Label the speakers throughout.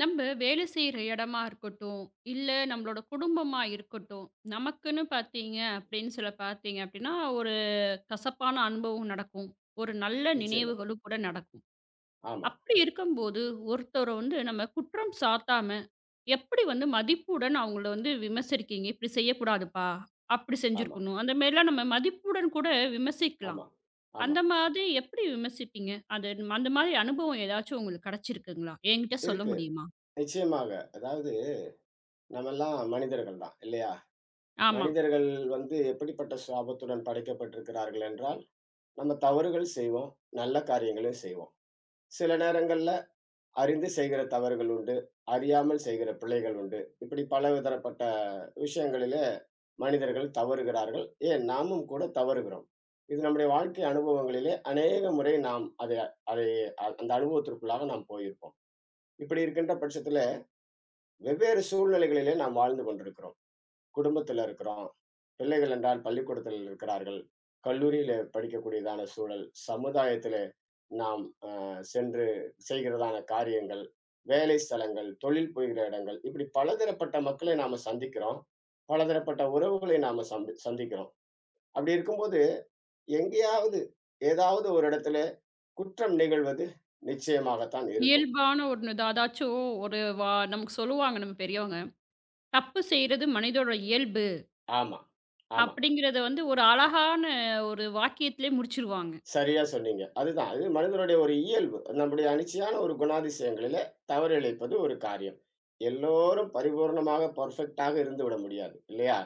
Speaker 1: நம்ப வேலை செய்ற இடமா இருக்கட்டும், இல்ல நம்மளோட குடும்பமா இருக்கட்டும், நமக்குன்னு பார்த்தீங்க அப்படின்னு சொல்ல பார்த்தீங்க அப்படின்னா, ஒரு கசப்பான அனுபவம் நடக்கும். ஒரு நல்ல
Speaker 2: நிச்சயமா.
Speaker 1: நினைவுகளும் கூட நடக்கும்.
Speaker 2: ஆமா,
Speaker 1: அப்படி இருக்கும்போது, ஒருத்தர வந்து நம்ம குற்றம் சாட்டாம, எப்படி வந்து மதிப்புடன் அவங்கள வந்து விமர்சிருக்கீங்க? "இப்படி செய்யக்கூடாதுப்பா, அப்படி
Speaker 2: ஆமா,
Speaker 1: செஞ்சிருக்கணும்." அந்த மாரிலாம் நம்ம மதிப்புடன் கூட விமர்சிக்கலாம்.
Speaker 2: ஆமா, ஆமா.
Speaker 1: அந்த மாதிரி எப்படி விமர்சிப்பீங்க? அந்த மாதிரி அனுபவம் ஏதாச்சும் உங்களுக்கு கிடைச்சிருக்குங்களா? என்கிட்ட சொல்ல
Speaker 2: இருக்கு.
Speaker 1: முடியுமா?
Speaker 2: நிச்சயமாக. அதாவது நம்மெல்லாம் மனிதர்கள் தான் இல்லையா?
Speaker 1: ஆமா.
Speaker 2: மனிதர்கள் வந்து எப்படிப்பட்ட சாபத்துடன் படைக்கப்பட்டிருக்கிறார்கள் என்றால், நம்ம தவறுகள் செய்வோம். நல்ல காரியங்களும் செய்வோம். சில நேரங்கள்ல அறிந்து செய்கிற தவறுகள் உண்டு. அறியாமல் செய்கிற பிழைகள் உண்டு. இப்படி பலதரப்பட்ட விஷயங்களிலே மனிதர்கள் தவறுகிறார்கள். ஏன் நாமும் கூட தவறுகிறோம். இது நம்முடைய வாழ்க்கை அனுபவங்களிலே அநேக முறை நாம் அதை அதை அந்த அனுபவத்திற்குள்ளாக நாம் போயிருப்போம். இப்படி இருக்கின்ற பட்சத்தில, வெவ்வேறு சூழ்நிலைகளிலே நாம் வாழ்ந்து கொண்டிருக்கிறோம். குடும்பத்தில இருக்கிறோம். பிள்ளைகள் என்றால் பள்ளிக்கூடத்தில் இருக்கிறார்கள். கல்லூரியிலே படிக்கக்கூடியதான சூழல், சமுதாயத்திலே நாம் சென்று செய்கிறதான காரியங்கள், வேலை ஸ்தலங்கள், தொழில் புரிகிற இடங்கள், இப்படி பலதரப்பட்ட மக்களை நாம சந்திக்கிறோம். பலதரப்பட்ட உறவுகளை நாம சந்திக்கிறோம். அப்படி இருக்கும்போது, எங்கேயாவது, ஏதாவது ஒரு இடத்திலே குற்றம் நிகழ்வது நிச்சயமாகத்தான் இருக்கும்.
Speaker 1: இயல்பான ஒண்ணு தான். அதாச்சும் ஒரு வா நமக்கு சொல்லுவாங்க நம்ம பெரியவங்க. "தப்பு செய்றது மனிதரோட இயல்பு"
Speaker 2: ஆமா, ஆமா.
Speaker 1: அப்படிங்கிறத வந்து ஒரு அழகான ஒரு வாக்கியத்திலே முடிச்சிருவாங்க.
Speaker 2: சரியா சொன்னீங்க. அதுதான். அது மனிதனுடைய ஒரு இயல்பு. நம்முடைய அனிச்சையான ஒரு குணாதிசயங்களிலே தவறு இழைப்பது ஒரு காரியம். எல்லோரும் பரிபூரணமாக பெர்ஃபெக்ட்டாக இருந்துவிட முடியாது. இல்லையா?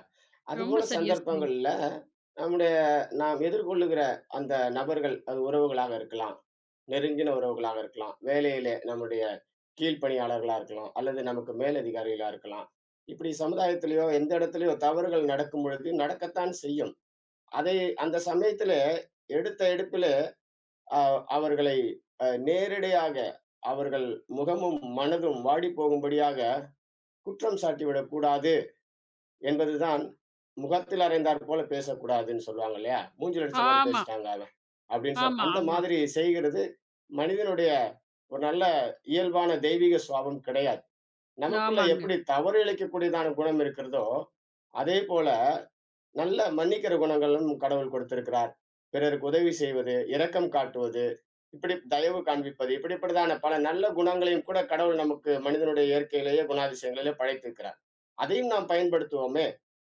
Speaker 1: ரொம்ப
Speaker 2: அதுபோல
Speaker 1: சரியா சொன்னீங்க.
Speaker 2: சந்தர்ப்பங்கள்ல நம்முடைய நாம் எதிர்கொள்ளுகிற அந்த நபர்கள், அது உறவுகளாக இருக்கலாம், நெருங்கின உறவுகளாக இருக்கலாம், வேலையிலே நம்முடைய கீழ்ப்பணியாளர்களா இருக்கலாம், அல்லது நமக்கு மேலதிகாரிகளா இருக்கலாம். இப்படி சமுதாயத்திலயோ, எந்த இடத்திலயோ தவறுகள் நடக்கும் பொழுது நடக்கத்தான் செய்யும். அதை அந்த சமயத்திலே எடுத்த எடுப்பிலே அ அவர்களை நேரிடையாக அவர்கள் முகமும், மனதும் வாடிப்போகும்படியாக குற்றம் சாட்டிவிடக் கூடாது என்பதுதான், "முகத்தில் அறைந்தார் போல பேசக்கூடாதுன்னு" சொல்லுவாங்க இல்லையா? "மூஞ்சில அடிச்ச மாரி
Speaker 1: ஆமா,
Speaker 2: பேசிட்டாங்க அவன்" அப்படின்னு
Speaker 1: ஆமா,
Speaker 2: அந்த
Speaker 1: ஆமா.
Speaker 2: மாதிரி செய்கிறது மனிதனுடைய ஒரு நல்ல இயல்பான தெய்வீக சுபாவம் கிடையாது. நமக்குள்ள
Speaker 1: ஆமாங்க.
Speaker 2: எப்படி தவறு இழைக்கக்கூடியதான குணம் இருக்கிறதோ, அதேபோல நல்ல மன்னிக்கிற குணங்களும் கடவுள் கொடுத்திருக்கிறார். பிறருக்கு உதவி செய்வது, இரக்கம் காட்டுவது, இப்படி தயவு காண்பிப்பது, இப்படிப்பட்டதான பல நல்ல குணங்களையும் கூட கடவுள் நமக்கு மனிதனுடைய இயற்கையிலேயே குணாதிசயங்களிலே படைத்திருக்கிறார். அதையும் நாம் பயன்படுத்துவோமே!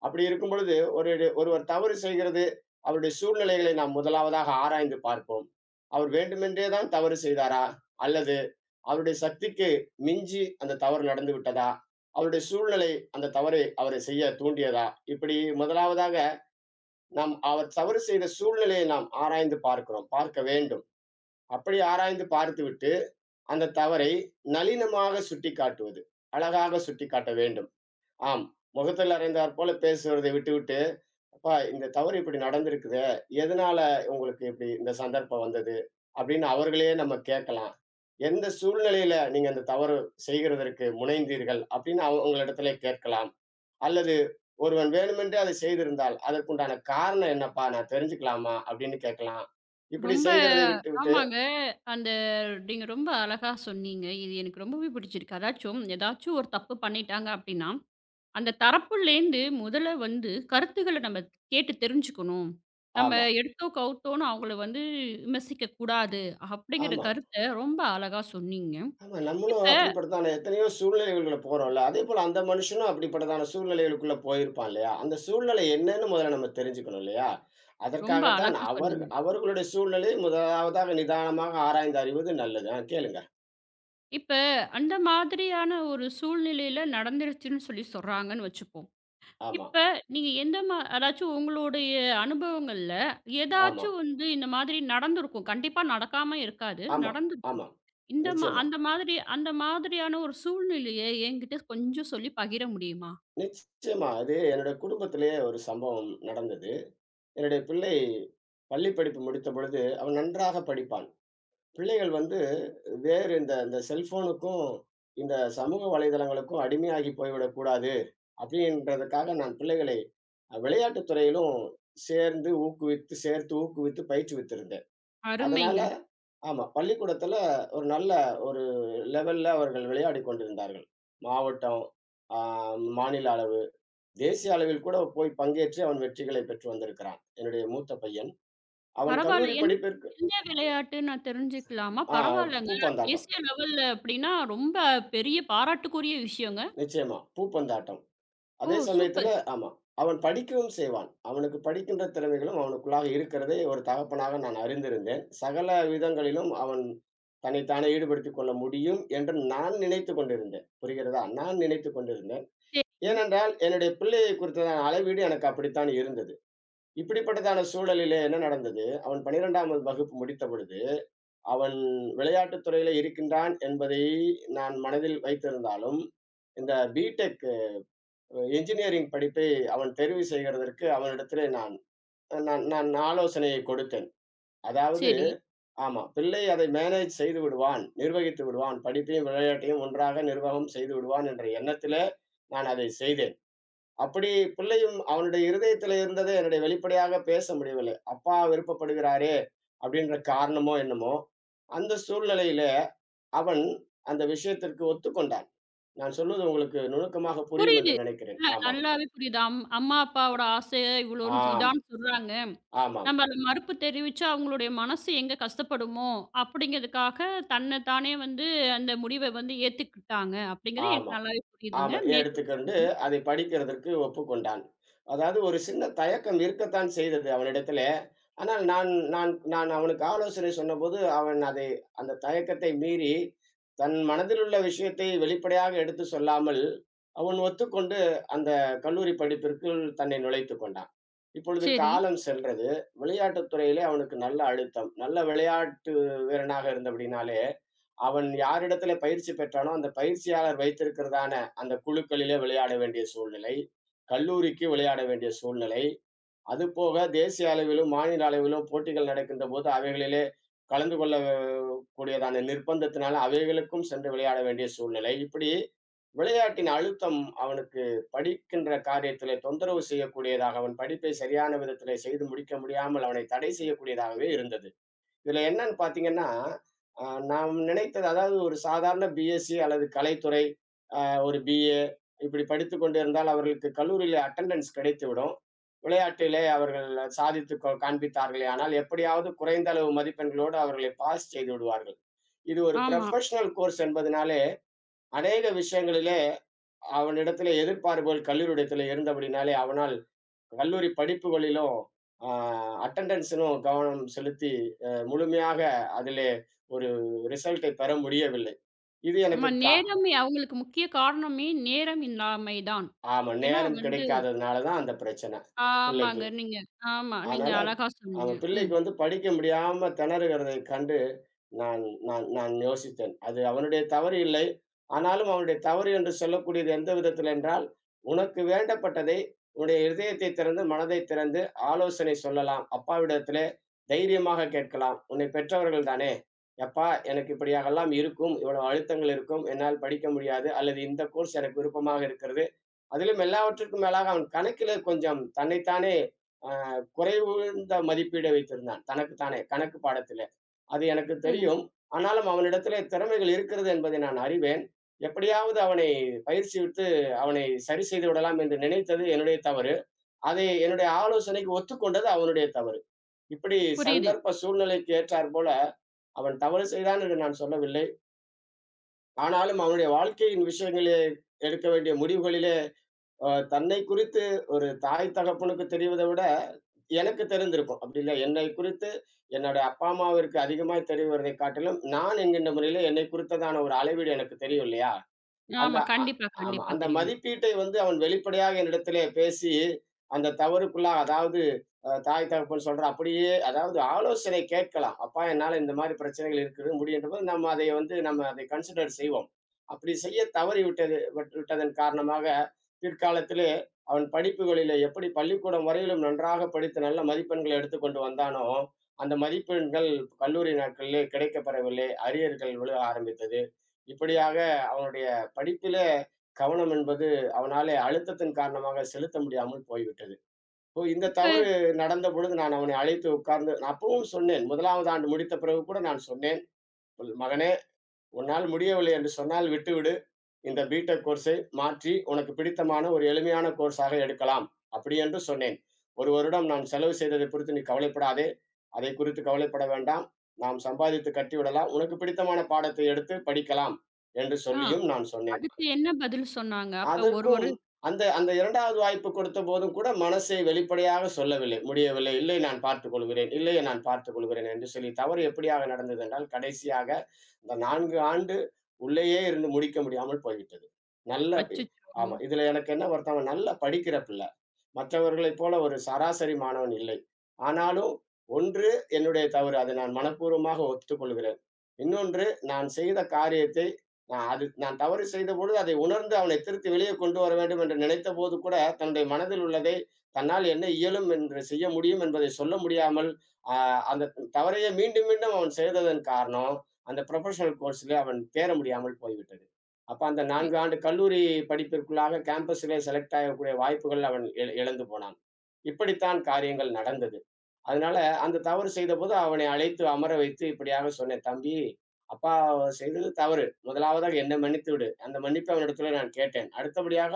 Speaker 2: அப்படி இருக்கும் பொழுது, ஒருவர் தவறு செய்கிறது, அவருடைய சூழ்நிலைகளை நாம் முதலாவதாக ஆராய்ந்து பார்ப்போம். அவர் வேண்டுமென்றே தான் தவறு செய்தாரா? அல்லது அவருடைய சக்திக்கு மிஞ்சி அந்த தவறு நடந்து விட்டதா? அவருடைய சூழ்நிலை அந்த தவறை அவரை செய்ய தூண்டியதா? இப்படி முதலாவதாக நாம் அவர் தவறு செய்த சூழ்நிலையை நாம் ஆராய்ந்து பார்க்கிறோம் பார்க்க வேண்டும். அப்படி ஆராய்ந்து பார்த்துவிட்டு அந்த தவறை நளினமாக சுட்டி காட்டுவது அழகாக சுட்டி காட்ட வேண்டும். ஆம். முகத்தில் அறைந்தாற் போல பேசுவதை விட்டுவிட்டு, "அப்பா, இந்த தவறு இப்படி நடந்திருக்குதே. எதனால உங்களுக்கு இப்படி இந்த சந்தர்ப்பம் வந்தது?" அப்படின்னு அவர்களையே நம்ம கேட்கலாம். "எந்த சூழ்நிலையில நீங்க அந்த தவறு செய்கிறதற்கு முனைந்தீர்கள்?" அப்படின்னு அவங்களிடத்துல கேட்கலாம். அல்லது ஒருவன் வேணுமென்றே அதை செய்திருந்தால், "அதற்குண்டான காரணம் என்னப்பா? நான் தெரிஞ்சுக்கலாமா?" அப்படின்னு கேட்கலாம். இப்படி
Speaker 1: ரொம்ப
Speaker 2: செய்கிறதை விட்டுவிட்டு.
Speaker 1: ஆமாங்க. அந்த நீங்க ரொம்ப அழகா சொன்னீங்க. இது எனக்கு ரொம்பவே பிடிச்சிருக்கு. அதாச்சும் ஏதாச்சும் ஒரு தப்பு பண்ணிட்டாங்க அப்படின்னா, அந்த தரப்புலேருந்து முதல்ல வந்து கருத்துக்கள நம்ம கேட்டு தெரிஞ்சுக்கணும். நம்ம
Speaker 2: ஆமா,
Speaker 1: எடுத்தோ கவுத்தோன்னு அவங்கள வந்து விமர்சிக்கக் கூடாது. அப்படிங்கிற
Speaker 2: ஆமா,
Speaker 1: கருத்த ரொம்ப அழகா சொன்னீங்க.
Speaker 2: ஆமா. நம்மளும்
Speaker 1: இப்ப
Speaker 2: அப்படிப்பட்டதான எத்தனையோ சூழ்நிலைகளுக்குள்ள போறோம்ல. அதேபோல அந்த மனுஷனும் அப்படிப்பட்டதான சூழ்நிலைகளுக்குள்ள போயிருப்பான் இல்லையா? அந்த சூழ்நிலை என்னன்னு முதல்ல நம்ம தெரிஞ்சுக்கணும் இல்லையா?
Speaker 1: ரொம்ப
Speaker 2: அதற்காகத்தான்
Speaker 1: அழகா
Speaker 2: அவர்
Speaker 1: சொன்னீங்க.
Speaker 2: அவர்களுடைய சூழ்நிலை முதலாவதாக நிதானமாக ஆராய்ந்து அறிவது நல்லது. கேளுங்க.
Speaker 1: இப்ப அந்த மாதிரியான ஒரு சூழ்நிலையில நடந்துருச்சுன்னு சொல்லி சொல்றாங்கன்னு வச்சுப்போம்.
Speaker 2: ஆமா,
Speaker 1: இப்ப நீங்க எந்த மா அதாச்சும் உங்களுடைய அனுபவங்கள்ல,
Speaker 2: ஆமா,
Speaker 1: ஏதாச்சும் வந்து இந்த மாதிரி நடந்திருக்கும். கண்டிப்பா நடக்காம இருக்காது.
Speaker 2: ஆமா,
Speaker 1: நடந்திருக்கும்.
Speaker 2: ஆமா.
Speaker 1: இந்த மா
Speaker 2: நிச்சயமா,
Speaker 1: அந்த மாதிரி அந்த மாதிரியான ஒரு சூழ்நிலைய என்கிட்ட கொஞ்சம் சொல்லி பகிர முடியுமா?
Speaker 2: நிச்சயமா. அது என்னுடைய குடும்பத்திலேயே ஒரு சம்பவம் நடந்தது. என்னுடைய பிள்ளை பள்ளி படிப்பு முடித்த பொழுது, அவன் நன்றாக படிப்பான். பிள்ளைகள் வந்து வேறு இந்த இந்த செல்ஃபோனுக்கும், இந்த சமூக வலைதளங்களுக்கும் அடிமையாகி போய்விடக்கூடாது அப்படின்றதுக்காக நான் பிள்ளைகளை விளையாட்டுத் துறையிலும் சேர்ந்து ஊக்குவித்து, சேர்த்து ஊக்குவித்து பயிற்றுவித்திருந்தேன். அதனால
Speaker 1: அருமைங்க.
Speaker 2: ஆமா. பள்ளிக்கூடத்தில ஒரு நல்ல ஒரு லெவல்ல அவர்கள் விளையாடிக் கொண்டிருந்தார்கள். மாவட்டம், ஆ மாநில அளவு, தேசிய அளவில் கூட போய் பங்கேற்று அவன் வெற்றிகளை பெற்று வந்திருக்கிறான். என்னுடைய மூத்த பையன். அவன்
Speaker 1: பரவால்ல.
Speaker 2: கல்லூரி படிப்பிற்கு
Speaker 1: எந்த விளையாட்டு நான் தெரிஞ்சுக்கலாமா?
Speaker 2: ஆ
Speaker 1: பரவால்லங்க.
Speaker 2: பூப்பந்தாட்டம்.
Speaker 1: தேசிய லெவல்ல அப்படின்னா, ரொம்ப பெரிய பாராட்டுக்குரிய விஷயங்க.
Speaker 2: நிச்சயமா. பூப்பந்தாட்டம்.
Speaker 1: ஓ!
Speaker 2: அதே சமயத்துல
Speaker 1: சூப்பர்.
Speaker 2: ஆமா. அவன் படிக்கவும் செய்வான். அவனுக்கு படிக்கின்ற திறமைகளும் அவனுக்குள்ளாக இருக்கிறதை ஒரு தகப்பனாக நான் அறிந்திருந்தேன். சகல விதங்களிலும் அவன் தன்னைத்தானே ஈடுபடுத்திக் கொள்ள முடியும் என்று நான் நினைத்துக் கொண்டிருந்தேன். புரிகிறதா? நான் நினைத்துக் கொண்டிருந்தேன்.
Speaker 1: சரிங்க.
Speaker 2: ஏனென்றால், என்னுடைய பிள்ளையை குறித்ததான அளவீடு எனக்கு அப்படித்தான் இருந்தது. இப்படிப்பட்டதான சூழலிலே என்ன நடந்தது? அவன் 12ம் வகுப்பு முடித்த பொழுது அவன் விளையாட்டுத் துறையில இருக்கின்றான் என்பதை நான் மனதில் வைத்திருந்தாலும், இந்த பிடெக் என்ஜினியரிங் படிப்பை அவன் தெரிவு செய்கிறதற்கு அவனிடத்திலே நான் நான் நான் ஆலோசனையை கொடுத்தேன். அதாவது
Speaker 1: சரி.
Speaker 2: ஆமா. பிள்ளை அதை மேனேஜ் செய்து விடுவான், நிர்வகித்து விடுவான். படிப்பையும், விளையாட்டையும் ஒன்றாக நிர்வாகம் செய்து விடுவான் என்ற எண்ணத்திலே நான் அதை செய்தேன். அப்படி பிள்ளையும் அவனுடைய இருதயத்திலே இருந்ததை என்னுடைய வெளிப்படையாக பேச முடியவில்லை. அப்பா விருப்பப்படுகிறாரே! அப்படின்ற காரணமோ என்னமோ, அந்த சூழ்நிலையில அவன் அந்த விஷயத்திற்கு ஒத்துக்கொண்டான். நான் சொல்வது உங்களுக்கு நுணுக்கமாக புரியும்
Speaker 1: புரியுது.
Speaker 2: என்று நினைக்கிறேன். ஆமாம்.
Speaker 1: நல்லாவே புரியுது. அம்மா, அப்பாவோட ஆசைய இவ்வளோன்னு
Speaker 2: ஆம்.
Speaker 1: இதான்னு சொல்றாங்க.
Speaker 2: ஆமாம்.
Speaker 1: நம்ம அத மறுப்பு தெரிவிச்சா, அவங்களுடைய மனசு எங்க கஷ்டப்படுமோ! அப்பிடிங்கிறதுக்காக தானே வந்து அந்த முடிவ வந்து ஏத்துக்கிட்டாங்க. அப்பிடிங்கிறது
Speaker 2: ஆமா.
Speaker 1: எனக்கு நல்லாவே புரியுதுங்க.
Speaker 2: ஆமா.
Speaker 1: மேற்கொண்டு
Speaker 2: எடுத்துக்கொண்டு
Speaker 1: சொல்லுங்க.
Speaker 2: அதை படிக்கிறதற்கு ஒப்புக்கொண்டான். அதாவது ஒரு சின்ன தயக்கம் இருக்கத்தான் செய்தது அவனிடத்திலே. ஆனால் நான் நான் நான் அவனுக்கு ஆலோசனை சொன்னபோது, அவன் அதை அந்த தயக்கத்தை மீறி, தன் மனதிலுள்ள விஷயத்தை வெளிப்படையாக எடுத்து சொல்லாமல், அவன் ஒத்துக்கொண்டு அந்த கல்லூரி படிப்பிற்குள் தன்னை நுழைத்துக் கொண்டான். இப்பொழுது
Speaker 1: சரி.
Speaker 2: காலம் சென்றது. விளையாட்டுத் துறையிலே அவனுக்கு நல்ல அழுத்தம். நல்ல விளையாட்டு வீரனாக இருந்தபடினாலே அவன் யாரிடத்திலே பயிற்சி பெற்றானோ, அந்த பயிற்சியாளர் வைத்திருக்கிறதான அந்த குழுக்களிலே விளையாட வேண்டிய சூழ்நிலை, கல்லூரிக்கு விளையாட வேண்டிய சூழ்நிலை, அதுபோக தேசிய அளவிலும், மாநில அளவிலும் போட்டிகள் நடக்கின்ற போது அவைகளிலே கலந்து கொள்ள கூடியதான நிர்பந்தத்தினால அவைகளுக்கும் சென்று விளையாட வேண்டிய சூழ்நிலை. இப்படி விளையாட்டின் அழுத்தம் அவனுக்கு படிக்கின்ற காரியத்திலே தொந்தரவு செய்யக்கூடியதாக, அவன் படிப்பை சரியான விதத்திலே செய்து முடிக்க முடியாமல் அவனை தடை செய்யக்கூடியதாகவே இருந்தது. இதுல என்னன்னு பார்த்தீங்கன்னா, அ நாம் நினைத்தது அதாவது ஒரு சாதாரண பிஎஸ்சி அல்லது கலைத்துறை, அ ஒரு பிஏ இப்படி படித்துக் கொண்டிருந்தால் அவர்களுக்கு கல்லூரியிலே அட்டெண்டன்ஸ் கிடைத்துவிடும். விளையாட்டிலே அவர்கள் சாதித்து காண்பித்தார்களேயானால், எப்படியாவது குறைந்த அளவு மதிப்பெண்களோடு அவர்களை பாஸ் செய்து விடுவார்கள். இது ஒரு
Speaker 1: ஆமா.
Speaker 2: புரொஃபஷனல் கோர்ஸ் என்பதனாலே, அநேக விஷயங்களிலே அவனிடத்திலே எதிர்பார்ப்புகள் கல்லூரியிடத்திலே இருந்தபடினாலே, அவனால் கல்லூரி படிப்புகளிலும் அ அட்டெண்டன்ஸிலும் கவனம் செலுத்தி முழுமையாக அதிலே ஒரு ரிசல்ட்டை பெற முடியவில்லை. இது
Speaker 1: ஆமா.
Speaker 2: எனக்கு
Speaker 1: நேரம் அவுங்களுக்கு முக்கிய காரணமே நேரம் இல்லாமை தான்.
Speaker 2: ஆமா.
Speaker 1: ஏன்னா
Speaker 2: நேரம்
Speaker 1: வந்து
Speaker 2: கிடைக்காததுனால தான் அந்த பிரச்சனை, பிள்ளைக்கு.
Speaker 1: ஆமாங்க. நீங்க ஆமா. நீங்க
Speaker 2: அதனால
Speaker 1: அழகா சொன்னீங்க.
Speaker 2: அவன்
Speaker 1: ம்.
Speaker 2: பிள்ளைக்கு வந்து படிக்க முடியாம திணறுகிறதைக் கண்டு, நான் நான் நான் யோசித்தேன். அது அவனுடைய தவறு இல்லை. ஆனாலும் அவனுடைய தவறு என்று சொல்லக்கூடியது எந்த விதத்தில் என்றால், உனக்கு வேண்டப்பட்டதை உன்னுடைய இருதயத்தைத் திறந்து, மனதைத் திறந்து ஆலோசனை சொல்லலாம். அப்பாவிடத்திலே தைரியமாக கேட்கலாம். உன்னை பெற்றவர்கள் தானே! "எப்பா, எனக்கு இப்படியாகலாம் இருக்கும். இவ்வளவு அழுத்தங்கள் இருக்கும். என்னால் படிக்க முடியாது. அல்லது இந்த கோர்ஸ் எனக்கு விருப்பமாக இருக்கிறது." அதிலும் எல்லாவற்றிற்கும் மேலாக அவன் கணக்கிலே கொஞ்சம் தன்னைத்தானே அ குறைவுந்த மதிப்பீடை வைத்திருந்தான். தனக்குத்தானே கணக்கு பாடத்திலே. அது எனக்கு
Speaker 1: ஓ!
Speaker 2: தெரியும். ஆனாலும் அவனிடத்திலே திறமைகள் இருக்கிறது என்பதை நான் அறிவேன். எப்படியாவது அவனை பயிற்சிவித்து அவனை சரி செய்து விடலாம் என்று நினைத்தது என்னுடைய தவறு. அதை என்னுடைய ஆலோசனைக்கு ஒத்துக்கொண்டது அவனுடைய தவறு. இப்படி
Speaker 1: புரியுது.
Speaker 2: சந்தர்ப்ப சூழ்நிலைக்கு ஏற்றாற்போல அவன் தவறு செய்தான் என்று நான் சொல்லவில்லை. ஆனாலும் அவனுடைய வாழ்க்கையின் விஷயங்களிலே எடுக்க வேண்டிய முடிவுகளில் தன்னை குறித்து ஒரு தாய் தகப்பனுக்கு தெரிவதை விட, எனக்கு தெரிந்திருக்கும். அப்படி இல்ல, என்னை குறித்து என்னுடைய அப்பா, அம்மாவிற்கு அதிகமாய் தெரிவதை காட்டிலும், நான் என்கின்ற முறையிலே என்னை குறித்ததான ஒரு அளவீடு எனக்கு தெரியும் இல்லையா? அந்த
Speaker 1: ஆமா.
Speaker 2: அ
Speaker 1: கண்டிப்பா,
Speaker 2: ஆமா.
Speaker 1: கண்டிப்பா
Speaker 2: அந்த
Speaker 1: தெரியுங்க.
Speaker 2: மதிப்பீட்டை வந்து அவன் வெளிப்படையாக என்னிடத்திலே பேசி, அந்த தவறுக்குள்ளாக அதாவது தாய் தகப்பன் சொல்ற அப்படியே அதாவது ஆலோசனை கேட்கலாம். "அப்பா, என்னால இந்த மாரி பிரச்சனைகள் இருக்குது" முடியுன்றபோது நம்ம அதை வந்து நம்ம அதை கன்சிடர் செய்வோம். அப்படி செய்ய தவறிவிட்டது விட்டதன் காரணமாக, பிற்காலத்திலே அவன் படிப்புகளிலே எப்படி பள்ளிக்கூடம் வரையிலும் நன்றாக படித்து நல்ல மதிப்பெண்களை எடுத்துக்கொண்டு வந்தானோ, அந்த மதிப்பெண்கள் கல்லூரி நாட்களிலே கிடைக்கப்பெறவில்லை. அரியர்கள் விழ ஆரம்பித்தது. இப்படியாக அவனுடைய படிப்பிலே கவனம் என்பது அவனாலே அழுத்தத்தின் காரணமாக செலுத்த முடியாமல் போய்விட்டது. இப்போ இந்த
Speaker 1: இப்ப
Speaker 2: தவறு நடந்த பொழுது நான் அவனை அழைத்து உட்கார்ந்து நான் அப்பவும் சொன்னேன். 1வது ஆண்டு முடித்த பிறகு கூட நான் சொன்னேன். "மகனே, உன்னால் முடியவில்லை என்று சொன்னால் விட்டுவிடு. இந்த பி.டெக் கோர்ஸை மாற்றி உனக்கு பிடித்தமான ஒரு எளிமையான கோர்ஸாக எடுக்கலாம்." அப்படி என்று சொன்னேன். 1 வருடம் நான் செலவு செய்ததைக் குறித்து நீ கவலைப்படாதே. அதைக் குறித்து கவலைப்பட வேண்டாம். நாம் சம்பாதித்து கட்டிவிடலாம். உனக்கு பிடித்தமான பாடத்தை எடுத்து படிக்கலாம் என்று
Speaker 1: ஆ
Speaker 2: சொல்லியும் நான் சொன்னேன்.
Speaker 1: அதுக்கு என்ன பதில் சொன்னாங்க? அப்ப ஒரு
Speaker 2: அதற்கும்
Speaker 1: ஒரு
Speaker 2: அந்த அந்த 2வது வாய்ப்பு கொடுத்தபோதும் கூட மனசை வெளிப்படையாக சொல்லவில்லை. முடியவில்லை. இல்லை, நான் பார்த்துக்கொள்கிறேன். இல்லை, நான் பார்த்துக்கொள்கிறேன் என்று சொல்லி தவறு எப்படியாக நடந்தது என்றால், கடைசியாக இந்த 4 ஆண்டு உள்ளேயே இருந்து முடிக்க முடியாமல் போய்விட்டது. நல்ல
Speaker 1: அச்சச்சோ!
Speaker 2: ஆமா. இதுல எனக்கு என்ன வருத்தம், நல்லா படிக்கிற பிள்ளை. மற்றவர்களைப் போல ஒரு சராசரி மாணவன் இல்லை. ஆனாலும் ஒன்று என்னுடைய தவறு. அதை நான் மனப்பூர்வமாக ஒத்துக்கொள்கிறேன். இன்னொன்று, நான் செய்த காரியத்தை நான் அது நான் தவறு செய்தபொழுது அதை உணர்ந்து அவனை திருத்தி வெளியே கொண்டு வர வேண்டும் என்று நினைத்தபோது கூட, தன்னுடைய மனதில் உள்ளதை தன்னால் என்ன இயலும் என்று செய்ய முடியும் என்பதை சொல்ல முடியாமல், அ அந்த தவறையே மீண்டும், மீண்டும் அவன் செய்ததன் காரணம், அந்த புரொஃபஷனல் கோர்ஸ்‌லே அவன் தேற முடியாமல் போய்விட்டது. அப்ப அந்த 4 ஆண்டு கல்லூரி படிப்பிற்குள்ளாக கேம்பஸிலே செலக்ட் ஆகக்கூடிய வாய்ப்புகள் அவன் இழந்து போனான். இப்படித்தான் காரியங்கள் நடந்தது. அதனால அந்த தவறு செய்தபோது அவனை அழைத்து அமர வைத்து இப்படியாக சொன்னேன், "தம்பி, அப்பா செய்தது தவறு. முதலாவதாக என்னை மன்னித்து விடு." அந்த மன்னிப்பை அவனிடத்திலே நான் கேட்டேன். அடுத்தபடியாக,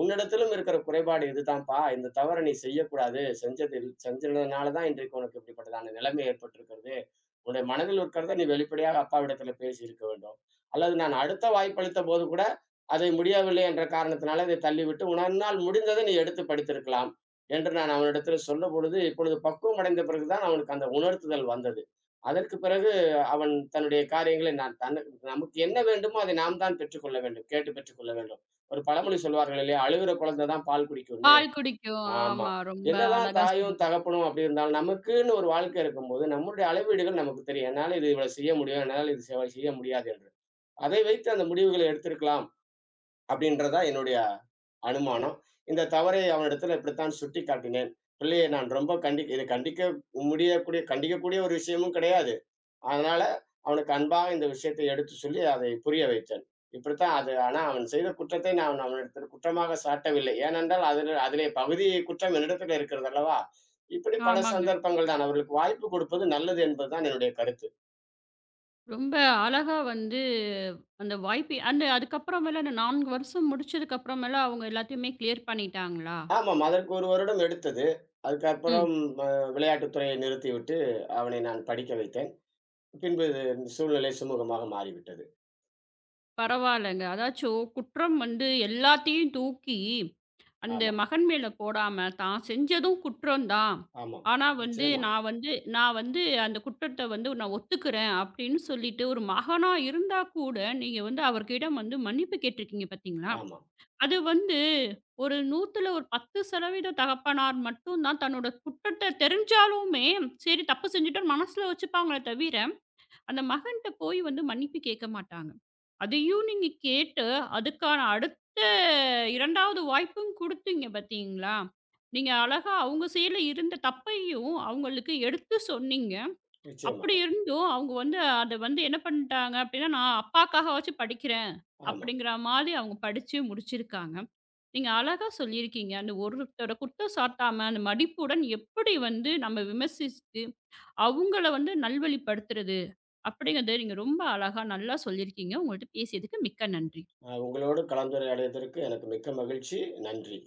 Speaker 2: உன்னிடத்திலும் இருக்கிற குறைபாடு இதுதான்ப்பா. இந்த தவற நீ செய்யக்கூடாது. செஞ்சதுனால தான் இன்றைக்கு உனக்கு இப்படிப்பட்டதான நிலைமை ஏற்பட்டிருக்கிறது. உன்னுடைய மனதில் இருக்கிறத நீ வெளிப்படையாக அப்பாவிடத்தில பேசியிருக்க வேண்டும். அல்லது நான் அடுத்த வாய்ப்பளித்த போது கூட, அதை முடியவில்லை என்ற காரணத்தினால இதை தள்ளிவிட்டு, உன்னால் முடிந்ததை நீ எடுத்து படித்திருக்கலாம். என்று நான் அவனிடத்தில சொல்லும்பொழுது, இப்பொழுது பக்குவம் அடைந்த பிறகு தான் அவனுக்கு அந்த உணர்த்துதல் வந்தது. அதற்கு பிறகு அவன் தன்னுடைய காரியங்களை நான் தன் நமக்கு என்ன வேண்டுமோ அதை நாம் தான் பெற்றுக்கொள்ள வேண்டும். கேட்டு பெற்றுக்கொள்ள வேண்டும். ஒரு பழமொழி சொல்வார்கள் இல்லையா? "அழுகிற குழந்தை தான் பால் குடிக்கும்னு."
Speaker 1: பால் குடிக்கும்.
Speaker 2: ஆமா.
Speaker 1: ஆமா. ரொம்ப
Speaker 2: என்னதான்
Speaker 1: அழகா
Speaker 2: தாயும்,
Speaker 1: சொன்னீங்க.
Speaker 2: தகப்பனும் அப்படி இருந்தாலும், நமக்குன்னு ஒரு வாழ்க்கை இருக்கும்போது, நம்முடைய அளவீடுகள் நமக்கு தெரியும். என்னால இது இவ்வளவு செய்ய முடியும். என்னால இது செய்ய முடியாது என்று. அதை வைத்து அந்த முடிவுகளை எடுத்திருக்கலாம் அப்படின்றதா என்னுடைய அனுமானம். இந்த தவறை அவனிடத்துல இப்படித்தான் சுட்டிக்காட்டினேன். பிள்ளையை நான் ரொம்ப கண்டிக் இத கண்டிக்க முடியக்கூடிய கண்டிக்கக்கூடிய ஒரு விஷயமும் கிடையாது. அதனால அவனுக்கு அன்பாக இந்த விஷயத்தை எடுத்து சொல்லி அதை புரிய வைத்தேன். இப்படித்தான் அது ஆனா அவன் செய்த குற்றத்தை நான் அவனிடத்தில் குற்றமாக சாட்டவில்லை. ஏனென்றால் அதிலே பகுதி குற்றம் என்னிடத்தில் இருக்கிறது அல்லவா? இப்படி பல
Speaker 1: ஆமாங்க.
Speaker 2: சந்தர்ப்பங்கள் தான். அவர்களுக்கு வாய்ப்பு கொடுப்பது நல்லது என்பதுதான் என்னுடைய கருத்து.
Speaker 1: ரொம்ப அழகா வந்து அந்த வாய்ப்பு அந்த அதுக்கப்புறமேல அந்த 4 வருஷம் முடிச்சதுக்கப்புறமேல அவங்க எல்லாத்தையுமே கிளியர் பண்ணிட்டாங்களா?
Speaker 2: ஆமாம். அதற்கு 1 வருடம் எடுத்தது.
Speaker 1: ம்.
Speaker 2: அதுக்கப்புறம் அ விளையாட்டுத் துறையை நிறுத்திவிட்டு அவனை நான் படிக்க வைத்தேன். பின்பு சூழ்நிலை சுமூகமாக மாறிவிட்டது.
Speaker 1: பரவாயில்லங்க. அதாச்சும் குற்றம் வந்து எல்லாத்தையும் தூக்கி அந்த
Speaker 2: ஆமா,
Speaker 1: மகன் மேல போடாம, தான் செஞ்சதும் குற்றம் தான்.
Speaker 2: ஆமாம்.
Speaker 1: ஆனா வந்து
Speaker 2: நிச்சயமாக.
Speaker 1: நான் வந்து அந்த குற்றத்த வந்து நான் ஒத்துக்கிறேன் அப்படின்னு சொல்லிட்டு ஒரு மகனா இருந்தா கூட, நீங்க வந்து அவர்கிடம் வந்து மன்னிப்பு கேட்டிருக்கீங்க பார்த்தீங்களா?
Speaker 2: ஆமா,
Speaker 1: அது வந்து ஒரு 100ல ஒரு 10% தகப்பனார் மட்டும் தான் தன்னோட குற்றத்த தெரிஞ்சாலுமே, சரி தப்பு செஞ்சுட்டோம்னு மனசுல வச்சுப்பாங்களே தவிர, அந்த மகன்ட்ட போய் வந்து மன்னிப்பு கேட்க மாட்டாங்க. அதையும் நீங்க கேட்டு, அதுக்கான அடுத்த 2வது வாய்ப்பும் குடுத்தீங்க பார்த்தீங்களா? நீங்க அழகா அவங்க சைடுல இருந்த தப்பையும் அவங்களுக்கு எடுத்து சொன்னீங்க. அப்படி
Speaker 2: நிச்சயமாக.
Speaker 1: இருந்தும் அவங்க வந்து அத வந்து என்ன பண்ணிட்டாங்க அப்படின்னா, நான் அப்பாக்காகவாச்சும் படிக்கிறேன்
Speaker 2: ஆமா.
Speaker 1: அப்படிங்கிற மாதிரி அவங்க படிச்சு முடிச்சிருக்காங்க. நீங்க அழகா சொல்லியிருக்கீங்க. அந்த ஒருத்தர குற்றம் சாட்டாம, அந்த மடிப்புடன் எப்படி வந்து நம்ம விமர்சித்து, அவங்கள வந்து நல்வழிப்படுத்துறது அப்படிங்கிறத நீங்க ரொம்ப அழகா நல்லா சொல்லியிருக்கீங்க. உங்கள்ட்ட பேசியதுக்கு மிக்க நன்றி.
Speaker 2: உங்களோடு கலந்துரையாடியதற்கு எனக்கு மிக்க மகிழ்ச்சி. நன்றி.